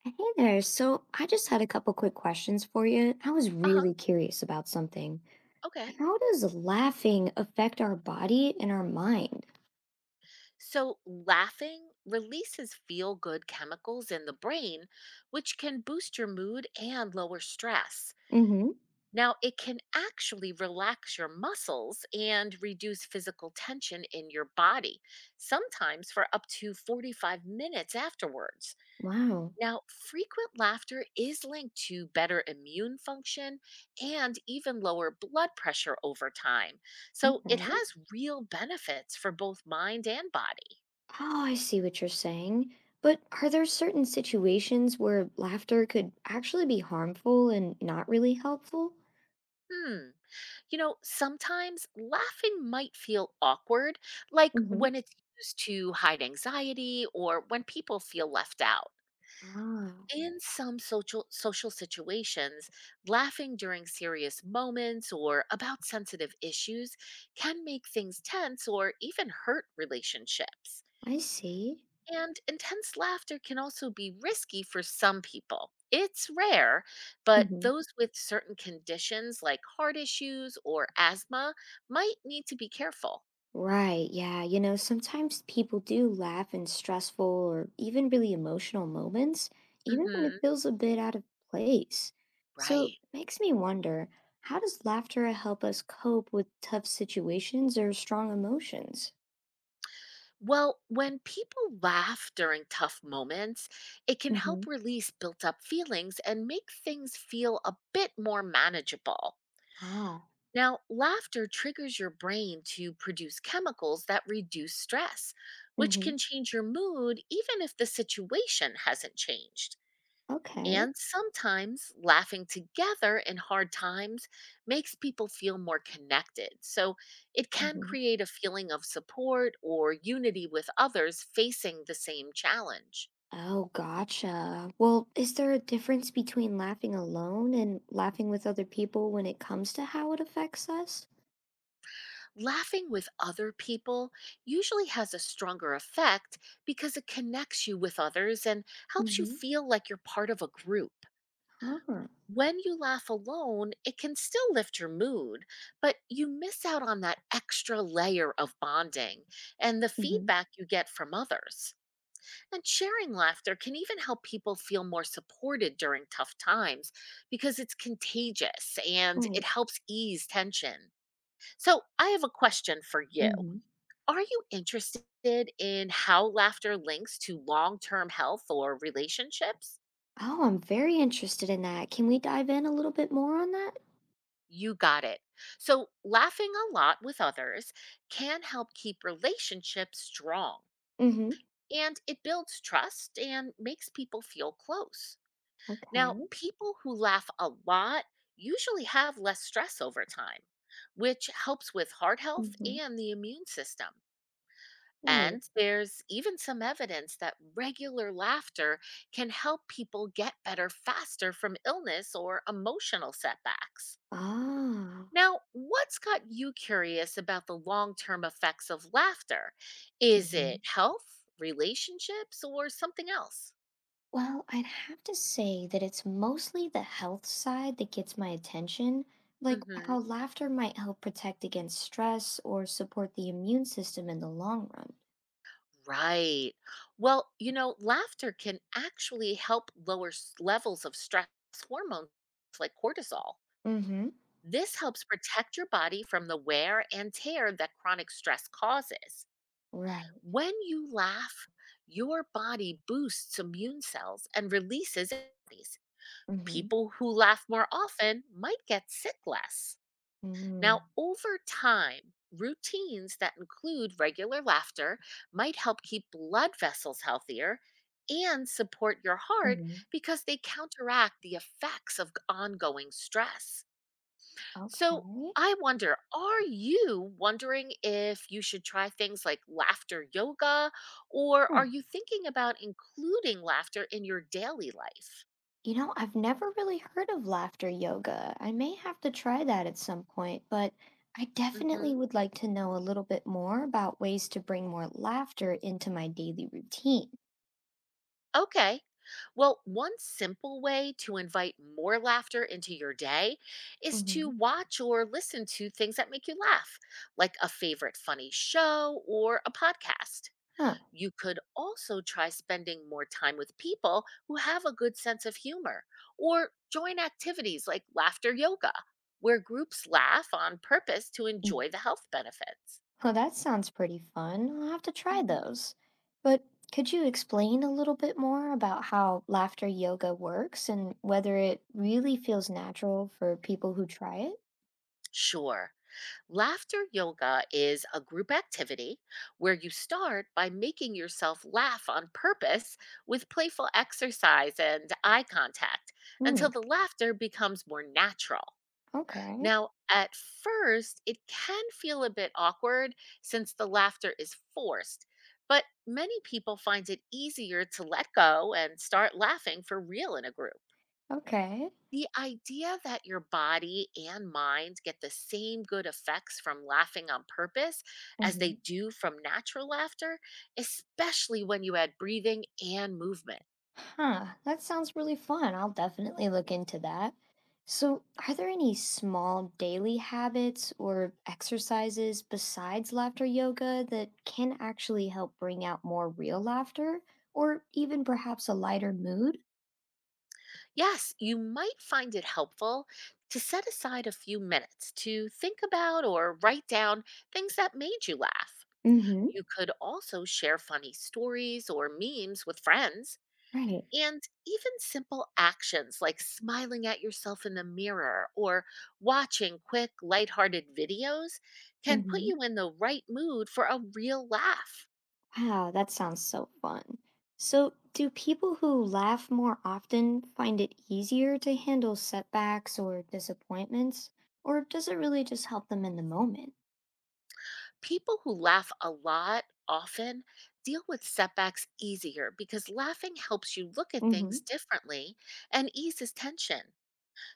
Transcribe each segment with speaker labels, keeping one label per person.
Speaker 1: Hey there. So I just had a couple quick questions for you. I was
Speaker 2: Uh-huh.
Speaker 1: really curious about something.
Speaker 2: Okay.
Speaker 1: How does laughing affect our body and our mind?
Speaker 2: So laughing releases feel good chemicals in the brain, which can boost your mood and lower stress.
Speaker 1: Mm-hmm.
Speaker 2: Now, it can actually relax your muscles and reduce physical tension in your body, sometimes for up to 45 minutes afterwards.
Speaker 1: Wow.
Speaker 2: Now, frequent laughter is linked to better immune function and even lower blood pressure over time. So it
Speaker 1: Okay. Oh,
Speaker 2: has real benefits for both mind and body.
Speaker 1: I see what you're saying. But are there certain situations where laughter could actually be harmful and not really helpful?
Speaker 2: Hmm. Sometimes laughing might feel awkward, like when
Speaker 1: Mm-hmm.
Speaker 2: it's used to hide anxiety or when people feel left out.
Speaker 1: Ah,
Speaker 2: In some social situations, laughing during serious moments or about sensitive issues can make things tense or even hurt relationships.
Speaker 1: I see.
Speaker 2: And intense laughter can also be risky for some people. It's rare, but those with certain conditions like heart issues or asthma might need to be careful.
Speaker 1: Right, yeah. You know, sometimes people do laugh in stressful or even really emotional moments, even when
Speaker 2: Mhm.
Speaker 1: it feels a bit out of place. So it
Speaker 2: Right.
Speaker 1: makes me wonder, how does laughter help us cope with tough situations or strong emotions?
Speaker 2: Well, when people laugh during tough moments, it can
Speaker 1: Mm-hmm.
Speaker 2: help release built up feelings and make things feel a bit more manageable.
Speaker 1: Ah.
Speaker 2: Now, laughter triggers your brain to produce chemicals that reduce stress, which
Speaker 1: Mm-hmm.
Speaker 2: can change your mood even if the situation hasn't changed.
Speaker 1: Okay.
Speaker 2: And sometimes laughing together in hard times makes people feel more connected. So it can
Speaker 1: Mm-hmm.
Speaker 2: create a feeling of support or unity with others facing the same challenge.
Speaker 1: Oh, gotcha. Well, is there a difference between laughing alone and laughing with other people when it comes to how it affects us?
Speaker 2: Laughing with other people usually has a stronger effect because it connects you with others and helps you
Speaker 1: Mm-hmm.
Speaker 2: feel like you're part of a group.
Speaker 1: Ah.
Speaker 2: When you laugh alone, it can still lift your mood, but you miss out on that extra layer of bonding and the
Speaker 1: Mm-hmm.
Speaker 2: feedback you get from others. And sharing laughter can even help people feel more supported during tough times because it's contagious and it
Speaker 1: Right.
Speaker 2: helps ease tension. So, I have a question for you.
Speaker 1: Mhm.
Speaker 2: Are you interested in how laughter links to long term health or relationships?
Speaker 1: Oh, I'm very interested in that. Can we dive in a little bit more on that?
Speaker 2: You got it. So, laughing a lot with others can help keep relationships strong
Speaker 1: Mhm.
Speaker 2: and it builds trust and makes people feel close. Now,
Speaker 1: Okay.
Speaker 2: people who laugh a lot usually have less stress over time, which helps with heart health
Speaker 1: Mhm.
Speaker 2: and the immune system.
Speaker 1: Right.
Speaker 2: And there's even some evidence that regular laughter can help people get better faster from illness or emotional setbacks.
Speaker 1: Ah.
Speaker 2: Now, what's got you curious about the long term effects of laughter? Is it
Speaker 1: Mhm.
Speaker 2: health, relationships, or something else?
Speaker 1: Well, I'd have to say that it's mostly the health side that gets my attention, like
Speaker 2: Hmm.
Speaker 1: how laughter might help protect against stress or support the immune system in the long run.
Speaker 2: Right. Well, laughter can actually help lower levels of stress hormones like cortisol.
Speaker 1: Mhm.
Speaker 2: This helps protect your body from the wear and tear that chronic stress causes.
Speaker 1: Right.
Speaker 2: When you laugh, your body boosts immune cells and releases antibodies.
Speaker 1: Mhm.
Speaker 2: People who laugh more often might get sick less.
Speaker 1: Mm.
Speaker 2: Now, over time, routines that include regular laughter might help keep blood vessels healthier and support your heart
Speaker 1: Mhm.
Speaker 2: because they counteract the effects of ongoing stress.
Speaker 1: Okay.
Speaker 2: So, I wonder, are you wondering if you should try things like laughter yoga, or
Speaker 1: Hmm.
Speaker 2: are you thinking about including laughter in your daily life?
Speaker 1: You know, I've never really heard of laughter yoga. I may have to try that at some point, but I definitely
Speaker 2: Hmm.
Speaker 1: would like to know a little bit more about ways to bring more laughter into my daily routine.
Speaker 2: Okay. Well, one simple way to invite more laughter into your day is to
Speaker 1: Hmm.
Speaker 2: watch or listen to things that make you laugh, like a favorite funny show or a podcast.
Speaker 1: Huh.
Speaker 2: You could also try spending more time with people who have a good sense of humor or join activities like laughter yoga, where groups laugh on purpose to
Speaker 1: Mm.
Speaker 2: enjoy the health benefits.
Speaker 1: Well, that sounds pretty fun. I'll have to try
Speaker 2: Hmm.
Speaker 1: those. But could you explain a little bit more about how laughter yoga works and whether it really feels natural for people who try it?
Speaker 2: Sure. Laughter yoga is a group activity where you start by making yourself laugh on purpose with playful exercise and eye contact
Speaker 1: Hmm.
Speaker 2: until the laughter becomes more natural.
Speaker 1: Okay.
Speaker 2: Now, at first, it can feel a bit awkward since the laughter is forced, but many people find it easier to let go and start laughing for real in a group.
Speaker 1: Okay.
Speaker 2: The idea that your body and mind get the same good effects from laughing on purpose as they do from natural laughter, especially when you add breathing and movement.
Speaker 1: Huh, that sounds really fun. I'll definitely look into that. So, are there any small daily habits or exercises besides laughter yoga that can actually help bring out more real laughter or even perhaps a lighter mood?
Speaker 2: Yes, you might find it helpful to set aside a few minutes to think about or write down things that made you laugh.
Speaker 1: Mm-hmm.
Speaker 2: You could also share funny stories or memes with friends.
Speaker 1: Right.
Speaker 2: And even simple actions like smiling at yourself in the mirror or watching quick, lighthearted videos can put
Speaker 1: Mm-hmm.
Speaker 2: you in the right mood for a real laugh.
Speaker 1: Wow, that sounds so fun. So, do people who laugh more often find it easier to handle setbacks or disappointments, or does it really just help them in the moment?
Speaker 2: People who laugh a lot often deal with setbacks easier because laughing helps you look at
Speaker 1: Mm-hmm.
Speaker 2: things differently and eases tension.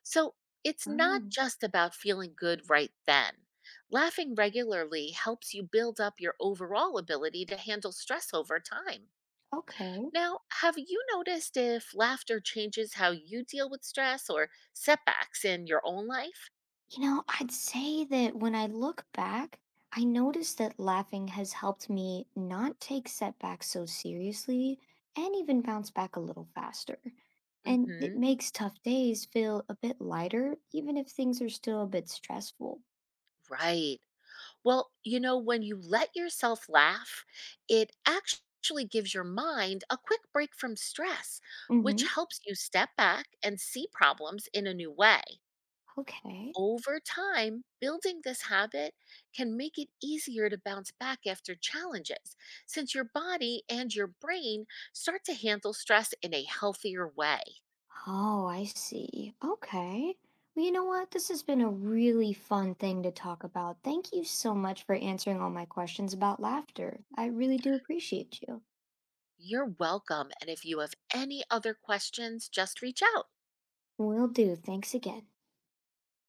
Speaker 2: So it's not
Speaker 1: Mm,
Speaker 2: just about feeling good right then. Laughing regularly helps you build up your overall ability to handle stress over time.
Speaker 1: okay.
Speaker 2: Now, have you noticed if laughter changes how you deal with stress or setbacks in your own life?
Speaker 1: You know, I'd say that when I look back, I notice that laughing has helped me not take setbacks so seriously and even bounce back a little faster. And it
Speaker 2: Mhm.
Speaker 1: makes tough days feel a bit lighter, even if things are still a bit stressful.
Speaker 2: Right. Well, when you let yourself laugh, it actually gives your mind a quick break from stress, which
Speaker 1: Mm-hmm.
Speaker 2: helps you step back and see problems in a new way.
Speaker 1: Okay.
Speaker 2: Over time, building this habit can make it easier to bounce back after challenges, since your body and your brain start to handle stress in a healthier way.
Speaker 1: Oh, I see. Okay. Well, you know what? This has been a really fun thing to talk about. Thank you so much for answering all my questions about laughter. I really do appreciate you.
Speaker 2: You're welcome. And if you have any other questions, just reach out.
Speaker 1: Will do. Thanks again.